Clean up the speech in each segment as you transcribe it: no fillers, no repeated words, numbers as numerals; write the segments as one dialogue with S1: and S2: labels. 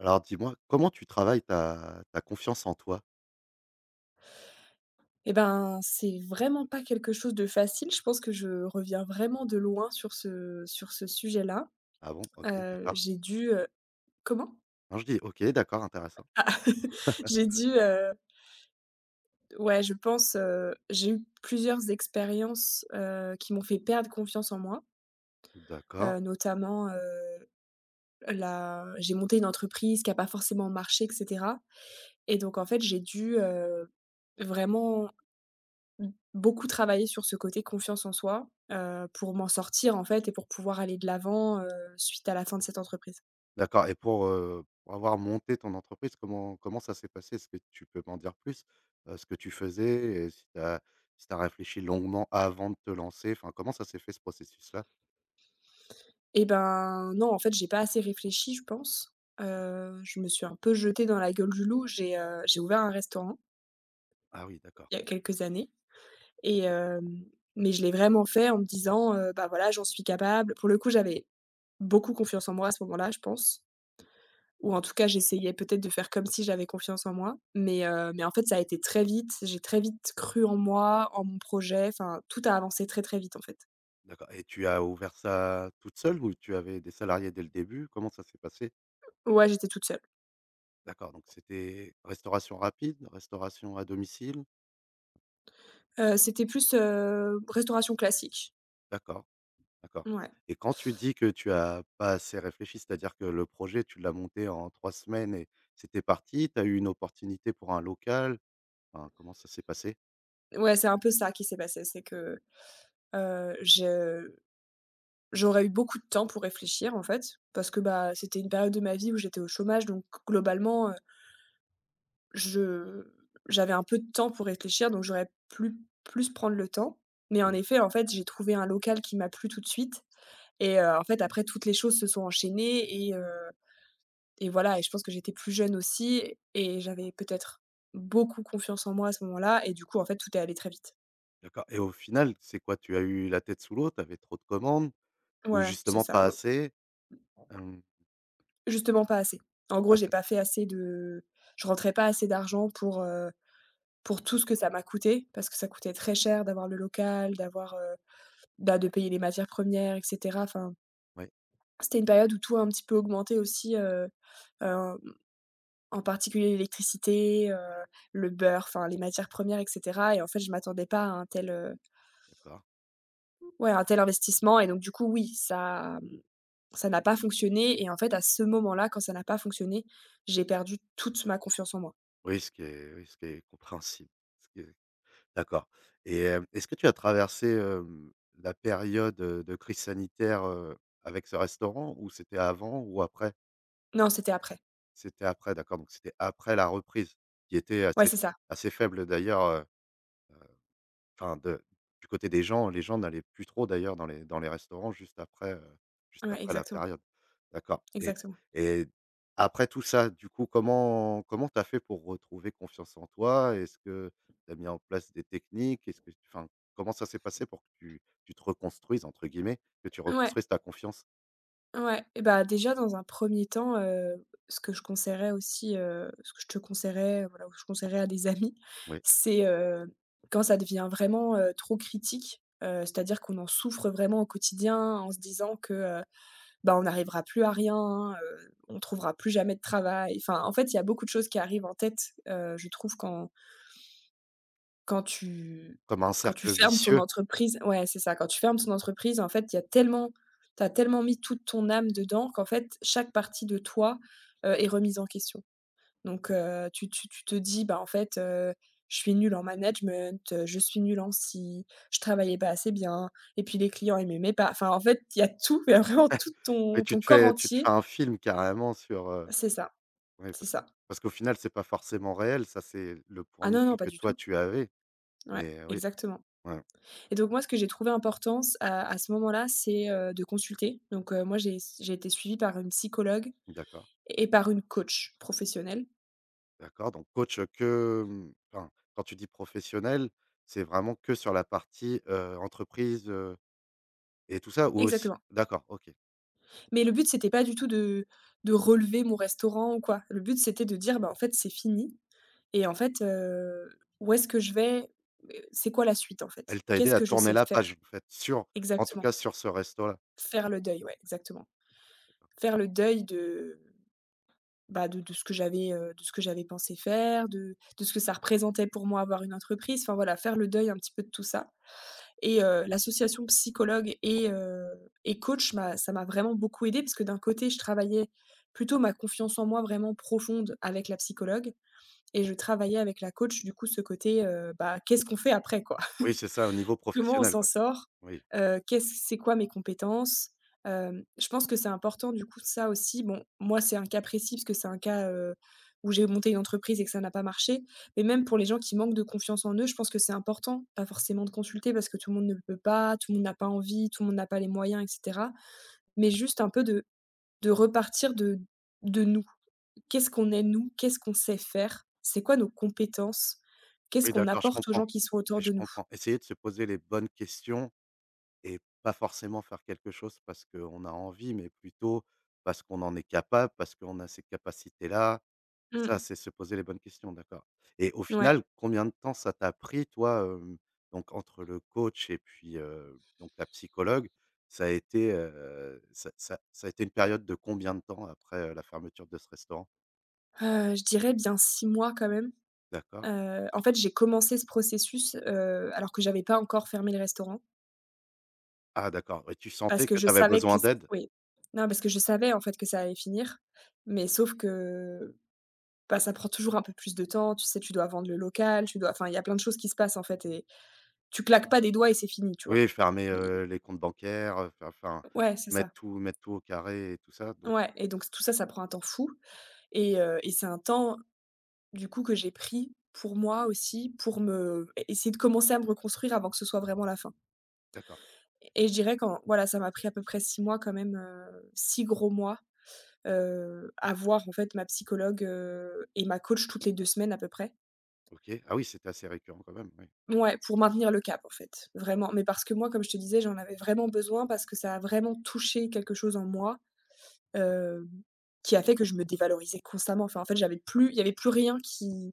S1: Alors dis-moi, comment tu travailles ta confiance en toi?
S2: Et ben, c'est vraiment pas quelque chose de facile. Je pense que je reviens vraiment de loin sur ce sujet-là.
S1: Ah bon? OK, d'accord.
S2: J'ai dû, comment?
S1: Non, je dis: «OK, d'accord, intéressant».
S2: J'ai dû, ouais, je pense, j'ai eu plusieurs expériences, qui m'ont fait perdre confiance en moi,
S1: D'accord,
S2: notamment, la j'ai monté une entreprise qui a pas forcément marché et cetera. Et donc en fait, j'ai dû, vraiment Mmh, beaucoup travaillé sur ce côté confiance en soi, pour m'en sortir, en fait, et pour pouvoir aller de l'avant, suite à la fin de cette entreprise.
S1: d'accord et pour avoir monté ton entreprise, comment ça s'est passé? Est-ce que tu peux m'en dire plus? Ce que tu faisais et si tu as si tu réfléchi longuement avant de te lancer, enfin, comment ça s'est fait ce processus-là?
S2: Et ben, non, en fait, j'ai pas assez réfléchi, je pense. Je me suis un peu jetée dans la gueule du loup. J'ai ouvert un restaurant
S1: Ah oui, d'accord,
S2: il y a quelques années et hem, mais je l'ai vraiment fait en me disant: «Bah, voilà, j'en suis capable». Pour le coup, j'avais beaucoup confiance en moi à ce moment-là, je pense. Ou en tout cas, j'essayais peut-être de faire comme si j'avais confiance en moi, mais en fait, ça a été très vite. J'ai très vite cru en moi, en mon projet, enfin, tout a avancé très, très vite, en fait.
S1: d'accord et tu as ouvert ça toute seule ou tu avais des salariés dès le début? Comment ça s'est passé?
S2: Ouais, j'étais toute seule.
S1: D'accord, donc c'était restauration rapide, restauration à domicile?
S2: C'était plus, restauration classique.
S1: D'accord. D'accord
S2: Ouais.
S1: et quand tu dis que tu as pas assez réfléchi, c'est-à-dire que le projet, tu l'as monté en 3 semaines et c'était parti, tu as eu une opportunité pour un local, enfin, comment ça s'est passé?
S2: Ouais, c'est un peu ça qui s'est passé, c'est que, je j'aurais eu beaucoup de temps pour réfléchir, en fait, parce que, bah, c'était une période de ma vie où j'étais au chômage, donc globalement, Je j'avais un peu de temps pour réfléchir, donc j'aurais plus prendre le temps. Mais en
S1: Mmh,
S2: effet, en fait, j'ai trouvé un local qui m'a plu tout de suite en fait, après toutes les choses se sont enchaînées et voilà. Et je pense que j'étais plus jeune aussi et j'avais peut-être beaucoup confiance en moi à ce moment-là et du coup, en fait, tout est allé très vite.
S1: d'accord et au final, c'est quoi? Tu as eu la tête sous l'eau, tu avais trop de commandes ou
S2: Ouais, c'est
S1: justement
S2: ça,
S1: pas assez? Hem,
S2: justement pas assez. En gros,
S1: ah
S2: j'ai
S1: ça
S2: pas fait assez de je rentrais pas assez d'argent pour tout ce que ça m'a coûté, parce que ça coûtait très cher d'avoir le local, d'avoir, bah, de payer les matières premières et cetera. Enfin,
S1: oui,
S2: c'était une période où tout a un petit peu augmenté aussi, hem, en particulier l'électricité, le beurre, enfin les matières premières et cetera. Et en fait, je m'attendais pas à un tel,
S1: d'accord.
S2: ouais, à un tel investissement. Et donc du coup, oui, ça n'a pas fonctionné et en fait, à ce moment-là, quand ça n'a pas fonctionné, j'ai perdu toute ma confiance en moi.
S1: Oui, ce qui est oui, ce qui est compréhensible, ce qui est d'accord et est-ce que tu as traversé, la période, de crise sanitaire, avec ce restaurant ou c'était avant ou après?
S2: Non, c'était après.
S1: C'était après, d'accord, donc c'était après la reprise qui était
S2: Ouais,
S1: assez
S2: c'est ça.
S1: assez faible d'ailleurs, enfin de du côté des gens, les gens n'allaient plus trop d'ailleurs dans les restaurants juste
S2: Ouais,
S1: après la
S2: exactement,
S1: période. D'accord et
S2: exactement.
S1: et après tout ça, du coup, comment t'as fait pour retrouver confiance en toi? Est-ce que t'as mis en place des techniques? Est-ce que enfin, comment ça s'est passé pour que tu te «reconstruises» entre guillemets, que tu
S2: Ouais.
S1: reconstruises ta confiance?
S2: Ouais et bah, déjà dans un premier temps, ce que je conseillerais aussi, ce que je te conseillerais, voilà, ou je conseillerais à des amis,
S1: Oui,
S2: c'est, quand ça devient vraiment, trop critique, c'est-à-dire qu'on en souffre vraiment au quotidien en se disant que, bah, on n'arrivera plus à rien, on trouvera plus jamais de travail. Enfin, en fait, il y a beaucoup de choses qui arrivent en tête, je trouve quand tu
S1: comme un
S2: quand tu
S1: cercle
S2: fermes ton
S1: vicieux
S2: entreprise, ouais, c'est ça, quand tu fermes ton entreprise, en fait, il y a tellement tu as tellement mis toute ton âme dedans qu'en fait, chaque partie de toi, est remise en question. Donc tu te dis: «Bah, en fait, je suis nulle en management, je suis nulle en ci, je travaillais pas assez bien et puis les clients, ils m'aimaient pas». Enfin, en fait, il y a tout, il y a vraiment tout
S1: et
S2: ton
S1: tu
S2: ton
S1: te
S2: corps
S1: fais tu te fais
S2: entier.
S1: un film carrément sur,
S2: C'est ça,
S1: Ouais,
S2: c'est
S1: parce que
S2: ça.
S1: parce qu'au final, c'est pas forcément réel, ça, c'est le point
S2: Ah
S1: de
S2: non, non,
S1: vue
S2: pas
S1: que
S2: du
S1: toi
S2: tout.
S1: tu avais,
S2: Ouais,
S1: mais oui,
S2: exactement.
S1: ouais,
S2: Et donc moi, ce que j'ai trouvé important c à ce moment-là, c'est, de consulter. Donc moi, j'ai été suivie par une psychologue
S1: d'accord,
S2: et par une coach professionnelle.
S1: d'accord, donc coach, que, mmh, enfin, quand tu dis professionnel, c'est vraiment que sur la partie, entreprise, et tout ça? Ou aussi
S2: Exactement.
S1: d'accord, OK.
S2: Mais le but, c'était pas du tout de relever mon restaurant ou quoi. Le but, c'était de dire: «Bah, en fait, c'est fini et en fait, où est-ce que je vais? C'est quoi la suite, en fait?
S1: Elle t'a aidé
S2: Qu'est-ce
S1: à
S2: que je
S1: tourner
S2: sais
S1: la
S2: faire?»
S1: page, en fait, sur en tout
S2: Exactement.
S1: cas sur ce resto-là?
S2: Faire le deuil, ouais, exactement. Faire le deuil de, bah, de ce que j'avais, de ce que j'avais pensé faire, de ce que ça représentait pour moi avoir une entreprise, enfin voilà, faire le deuil un petit peu de tout ça. L'association psychologue et coach m'a ça m'a vraiment beaucoup aidée parce que d'un côté, je travaillais plutôt ma confiance en moi vraiment profonde avec la psychologue et je travaillais avec la coach, du coup, ce côté, bah, qu'est-ce qu'on fait après, quoi?
S1: Oui, c'est ça, au niveau
S2: Comment on
S1: professionnel,
S2: s'en
S1: quoi.
S2: sort?
S1: Oui,
S2: Qu'est-ce C'est quoi mes compétences? Je pense que c'est important du coup ça aussi. Bon, moi c'est un cas précis parce que c'est un cas, où j'ai monté une entreprise et que ça n'a pas marché. Mais même pour les gens qui manquent de confiance en eux, je pense que c'est important, pas forcément de consulter parce que tout le monde ne peut pas, tout le monde n'a pas envie, tout le monde n'a pas les moyens et cetera. Mais juste un peu de repartir de nous. Qu'est-ce qu'on est nous? Qu'est-ce qu'on sait faire? C'est quoi nos compétences? Qu'est-ce
S1: oui,
S2: qu'on
S1: d'accord, je
S2: apporte aux gens
S1: comprends
S2: qui sont autour
S1: et je
S2: de nous?
S1: comprends. Essayer de se poser les bonnes questions. Et pas forcément faire quelque chose parce qu'on a envie, mais plutôt parce qu'on en est capable, parce qu'on a ces capacités-là.
S2: Mmh,
S1: Ça, c'est se poser les bonnes questions, d'accord. Et au
S2: ouais.
S1: final, combien de temps ça t'a pris, toi, donc entre le coach et puis, donc la psychologue, ça a été, ça ça a été une période de combien de temps après, la fermeture de ce restaurant?
S2: Je dirais bien 6 mois quand même.
S1: D'accord.
S2: En fait, j'ai commencé ce processus, alors que j'avais pas encore fermé le restaurant
S1: Ah d'accord, et tu
S2: parce
S1: sentais
S2: que
S1: que tu
S2: je
S1: avais
S2: savais que
S1: besoin
S2: c
S1: d'aide?
S2: oui. Non, parce que je savais en fait que ça allait finir, mais sauf que, bah, ça prend toujours un peu plus de temps. Tu sais, tu dois vendre le local, tu dois enfin, il y a plein de choses qui se passent en fait et tu claques pas des doigts et c'est fini, tu vois?
S1: Oui, fermer,
S2: I
S1: les comptes bancaires, enfin,
S2: Ouais, c'est
S1: mettre
S2: ça.
S1: tout mettre tout au carré et tout ça, donc
S2: Ouais et donc tout ça, ça prend un temps fou et c'est un temps du coup que j'ai pris pour moi aussi, pour me e essayer de commencer à me reconstruire avant que ce soit vraiment la fin.
S1: d'accord.
S2: Et je dirais qu'en voilà, ça m'a pris à peu près 6 mois quand même, 6 gros mois, à voir en fait ma psychologue, et ma coach toutes les 2 semaines à peu près.
S1: OK. Ah oui, c'était assez récurrent quand même, oui.
S2: Ouais, pour maintenir le cap en fait, vraiment. Mais parce que moi, comme je te disais, j'en avais vraiment besoin parce que ça a vraiment touché quelque chose en moi, heu, qui a fait que je me dévalorisais constamment. Enfin, en fait, j'avais plus il y avait plus rien qui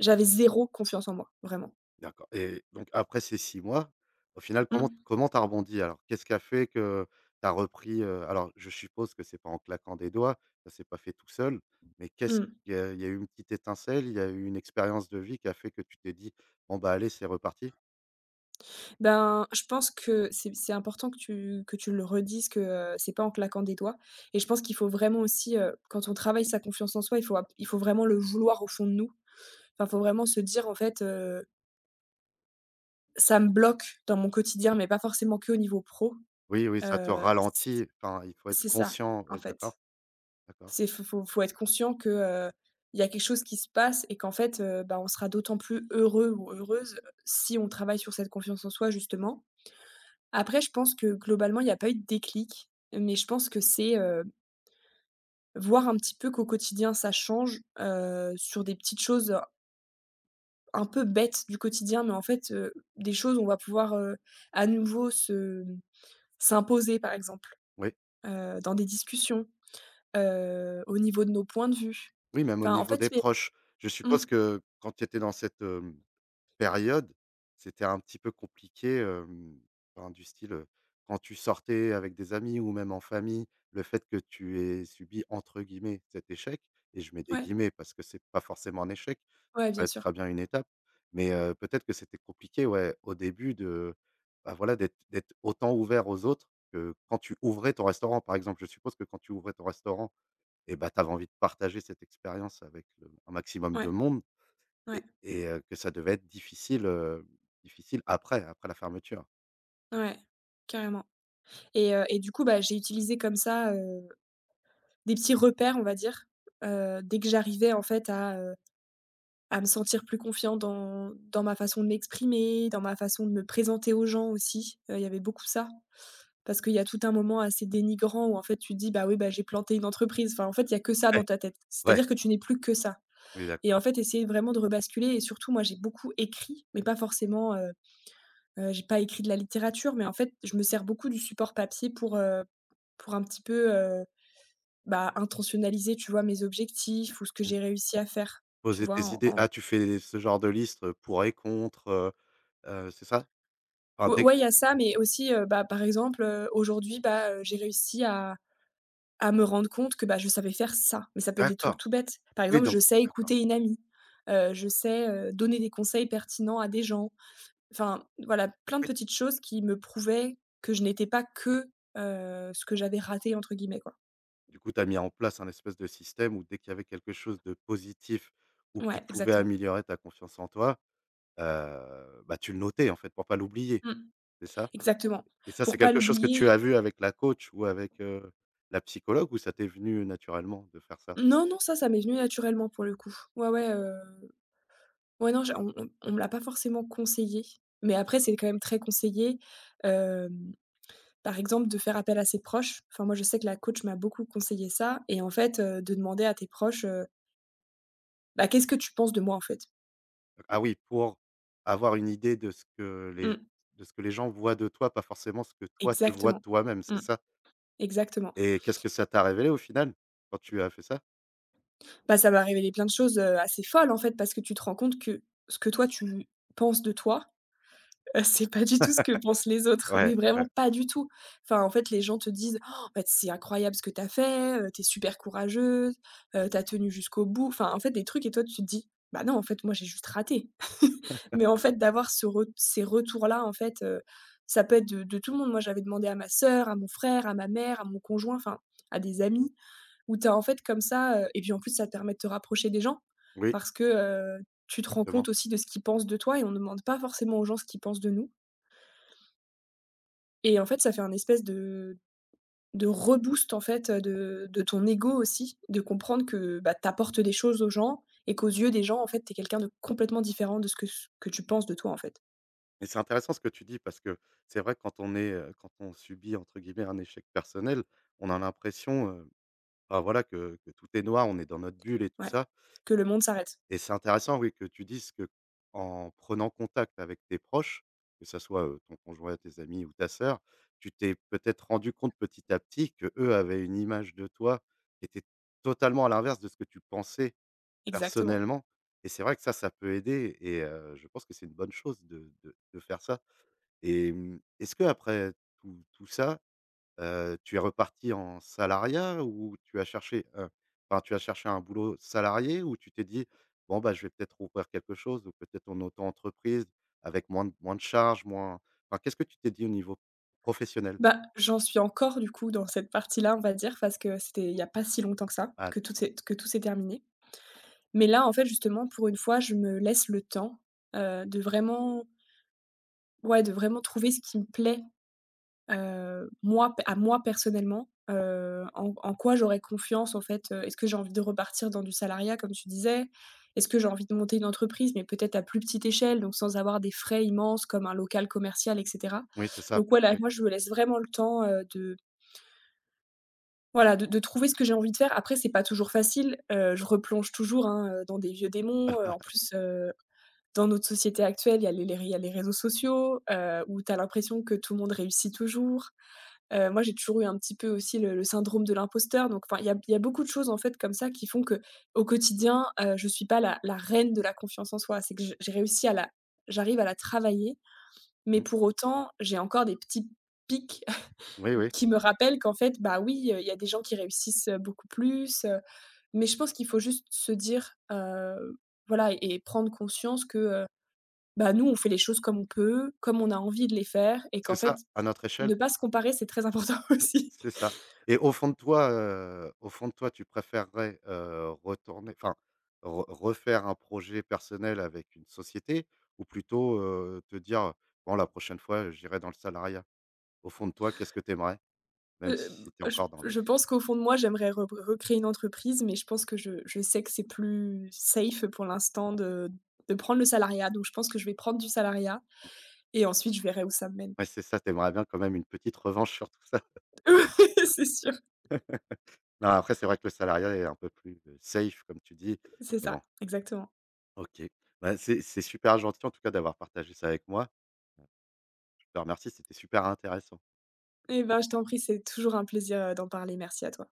S2: j'avais zéro confiance en moi, vraiment.
S1: D'accord et donc après ces 6 mois, au final, comment
S2: Mmh.
S1: comment tu as rebondi alors? Qu'est-ce qui a fait que tu as repris, alors je suppose que c'est pas en claquant des doigts, ça s'est pas fait tout seul, mais qu'est-ce
S2: Mmh.
S1: qu'il y a il y a eu une petite étincelle, il y a eu une expérience de vie qui a fait que tu t'es dit: «Bon bah allez, c'est reparti»?
S2: Ben, je pense que c'est important que tu le redises, que, c'est pas en claquant des doigts et je pense qu'il faut vraiment aussi, quand on travaille sa confiance en soi, il faut vraiment le vouloir au fond de nous. Enfin, faut vraiment se dire, en fait: «Ça me bloque dans mon quotidien», mais pas forcément que au niveau pro.
S1: Oui, oui, ça te
S2: Heu, c
S1: ralentit, enfin il faut être
S2: c'est ça,
S1: conscient,
S2: en
S1: oui, d'accord,
S2: fait.
S1: d'accord.
S2: C'est faut faut faut être conscient que, heu, il y a quelque chose qui se passe et qu'en fait, bah, on sera d'autant plus heureux ou heureuse si on travaille sur cette confiance en soi, justement. Après, je pense que globalement, il n'y a pas eu de déclic, mais je pense que c'est, voir un petit peu qu'au quotidien ça change, sur des petites choses, un peu bêtes du quotidien, mais en fait, des choses où on va pouvoir, à nouveau se s'imposer par exemple,
S1: Oui,
S2: dans des discussions, au niveau de nos points de vue.
S1: oui, même au
S2: Enfin, en
S1: niveau
S2: fait,
S1: des proches. Je
S2: mmh,
S1: suppose que quand tu étais dans cette, hem période, c'était un petit peu compliqué, enfin, du style, quand tu sortais avec des amis ou même en famille, le fait que tu aies subi entre guillemets «cet échec» et je mets des
S2: ouais,
S1: guillemets parce que c'est pas forcément un échec, ça
S2: ouais,
S1: peut
S2: bien
S1: être
S2: sûr.
S1: très bien une étape, mais peut-être que c'était compliqué, ouais, au début de, bah, voilà, d'être autant ouvert aux autres que quand tu ouvrais ton restaurant, par exemple. Je suppose que quand tu ouvrais ton restaurant et bah, tu avais envie de partager cette expérience avec, un maximum de
S2: Ouais,
S1: monde.
S2: ouais,
S1: Et que ça devait être difficile, difficile après après la fermeture?
S2: ouais, carrément et du coup, bah, j'ai utilisé comme ça, des petits repères, on va dire, dès que j'arrivais en fait à me sentir plus confiant dans ma façon de m'exprimer, dans ma façon de me présenter aux gens aussi, il y avait beaucoup ça. Parce qu'il y a tout un moment assez dénigrant où en fait tu te dis: «Bah oui, bah, j'ai planté une entreprise». Enfin en fait, il y a que ça dans
S1: Ouais,
S2: ta tête.
S1: ouais.
S2: C'est-à-dire que tu n'es plus que ça
S1: Oui,
S2: et
S1: d'accord.
S2: en fait, essayer vraiment de rebasculer et surtout moi, j'ai beaucoup écrit, mais pas forcément, j'ai pas écrit de la littérature, mais en fait, je me sers beaucoup du support papier pour un petit peu, bah, intentionnaliser, tu vois, mes objectifs ou ce que
S1: Mmh.
S2: j'ai réussi à faire, tu
S1: Poser
S2: vois?
S1: tes
S2: En
S1: idées.
S2: en
S1: Ah, tu fais ce genre de liste, pour et contre, c'est ça? Enfin,
S2: ou
S1: dès
S2: ouais, il y a ça, mais aussi, bah, par exemple, aujourd'hui, bah, j'ai réussi à me rendre compte que, bah, je savais faire ça, mais ça peut être des trucs
S1: d'accord,
S2: tout bêtes. Par
S1: oui,
S2: exemple,
S1: donc
S2: je sais
S1: d'accord,
S2: écouter une amie, je sais, donner des conseils pertinents à des gens. Enfin, voilà, plein de
S1: oui.
S2: petites choses qui me prouvaient que je n'étais pas que, ce que j'avais «raté» entre guillemets, quoi.
S1: Du coup, tu as mis en place un espèce de système où dès qu'il y avait quelque chose de positif ou qui
S2: Ouais,
S1: pouvait
S2: exactement.
S1: améliorer ta confiance en toi, bah, tu le notais, en fait, pour pas l'oublier,
S2: Mmh.
S1: c'est ça?
S2: Exactement.
S1: Et ça, c'est
S2: Pour pas
S1: quelque chose que tu
S2: l'oublier.
S1: as vu avec la coach ou avec, la psychologue ou ça t'est venu naturellement de faire ça?
S2: Non, non, ça m'est venu naturellement pour le coup. Ouais, ouais, ouais, non, j'ai on me l'a pas forcément conseillé, mais après c'est quand même très conseillé, hem, par exemple, de faire appel à ses proches. Enfin, moi, je sais que la coach m'a beaucoup conseillé ça et en fait, de demander à tes proches, «Bah, qu'est-ce que tu penses de moi, en fait?»
S1: Ah oui, pour avoir une idée de ce que les
S2: Mmh,
S1: de ce que les gens voient de toi, pas forcément ce que toi tu vois de
S2: exactement.
S1: toi-même, c'est
S2: Mmh,
S1: ça?
S2: exactement.
S1: Et qu'est-ce que ça
S2: Et
S1: t'a révélé au final, quand tu as fait ça?
S2: bah, ça m'a révélé plein de choses, assez folles, en fait, parce que tu te rends compte que ce que toi tu penses de toi, c'est pas du tout ce que pensent les autres,
S1: Ouais,
S2: mais vraiment
S1: ouais.
S2: pas du tout. Enfin, en fait, les gens te disent: «Oh, bah, c'est incroyable ce que tu as fait, tu es super courageuse, tu as tenu jusqu'au bout». Enfin, en fait, des trucs et toi, tu te dis: «Bah, non, en fait, moi, j'ai juste raté». Mais en fait, d'avoir ce ret ces retours-là, en fait, ça peut être de tout le monde. Moi, j'avais demandé à ma sœur, à mon frère, à ma mère, à mon conjoint, enfin, à des amis où tu as, en fait, comme ça, heu, et puis, en plus, ça te permet de te rapprocher des gens
S1: Oui,
S2: parce que, tu te rends
S1: exactement.
S2: compte aussi de ce qu'ils pensent de toi et on demande pas forcément aux gens ce qu'ils pensent de nous. Et en fait, ça fait un espèce de reboost en fait, de ton ego aussi, de comprendre que, bah, tu apportes des choses aux gens et qu'aux yeux des gens, en fait, tu es quelqu'un de complètement différent de ce que tu penses de toi, en fait.
S1: Et c'est intéressant ce que tu dis parce que c'est vrai que quand on est, quand on subit entre guillemets «un échec personnel», on a l'impression, bah, voilà que tout est noir, on est dans notre bulle et tout
S2: Ouais,
S1: ça.
S2: que le monde s'arrête.
S1: Et c'est intéressant, oui, que tu dises que en prenant contact avec tes proches, que ça soit, ton conjoint, tes amis ou ta sœur, tu t'es peut-être rendu compte petit à petit que eux avaient une image de toi qui était totalement à l'inverse de ce que tu pensais
S2: Exactement.
S1: personnellement et c'est vrai que ça peut aider et je pense que c'est une bonne chose de de faire ça et mmh, est-ce que après tout ça, tu es reparti en salariat ou tu as cherché, enfin, tu as cherché un boulot salarié ou tu t'es dit: «Bon, bah, je vais peut-être ouvrir quelque chose» ou peut-être en auto-entreprise avec moins de charges, moins enfin, qu'est-ce que tu t'es dit au niveau professionnel?
S2: Bah, j'en suis encore du coup dans cette partie-là, on va dire, parce que c'était il y a pas si longtemps que ça,
S1: Ah, d
S2: que tout s'est terminé. Mais là, en fait, justement, pour une fois, je me laisse le temps, de vraiment, ouais, de vraiment trouver ce qui me plaît. Moi, à moi personnellement, en quoi j'aurais confiance en fait, heu? Est-ce que j'ai envie de repartir dans du salariat comme tu disais? Est-ce que j'ai envie de monter une entreprise mais peut-être à plus petite échelle, donc sans avoir des frais immenses comme un local commercial et cetera?
S1: Oui, c'est ça,
S2: Donc voilà,
S1: oui.
S2: moi je me laisse vraiment le temps, de voilà, de trouver ce que j'ai envie de faire. Après c'est pas toujours facile, je replonge toujours, hein, dans des vieux démons, en plus, dans notre société actuelle, il y a les il y a les réseaux sociaux, où tu as l'impression que tout le monde réussit toujours. Moi, j'ai toujours eu un petit peu aussi le syndrome de l'imposteur, donc enfin, il y a beaucoup de choses, en fait, comme ça qui font que, au quotidien, je suis pas la reine de la confiance en soi. C'est que je j'ai réussi à la J'arrive à la travailler, mais
S1: Mmh.
S2: pour autant, j'ai encore des petits pics
S1: Oui, oui,
S2: qui me rappellent qu'en fait, bah, oui, il y a des gens qui réussissent, beaucoup plus, mais je pense qu'il faut juste se dire, voilà, et prendre conscience que, bah, nous, on fait les choses comme on peut, comme on a envie de les faire et
S1: c'est
S2: qu'en fait,
S1: ça, à notre échelle.
S2: ne pas se comparer, c'est très important aussi.
S1: C'est ça et au fond de toi, au fond de toi, tu préférerais, retourner enfin, re refaire un projet personnel avec une société ou plutôt, te dire: «Bon, la prochaine fois, j'irai dans le salariat»? Au fond de toi, qu'est-ce que tu aimerais? Même si tu es
S2: Je
S1: encore dans le
S2: je pense qu'au fond de moi, j'aimerais re recréer une entreprise, mais je pense que je sais que c'est plus safe pour l'instant de prendre le salariat, donc je pense que je vais prendre du salariat et ensuite je verrai où ça me mène.
S1: ouais, c'est ça, tu aimerais bien quand même une petite revanche sur tout ça.
S2: C'est sûr,
S1: Non, après, c'est vrai que le salariat est un peu plus, safe comme tu dis,
S2: c'est
S1: mais
S2: ça,
S1: bon,
S2: exactement.
S1: OK. Bah, c'est super gentil en tout cas d'avoir partagé ça avec moi. Je te remercie, c'était super intéressant.
S2: Eh ben, je t'en prie, c'est toujours un plaisir, d'en parler. Merci à toi.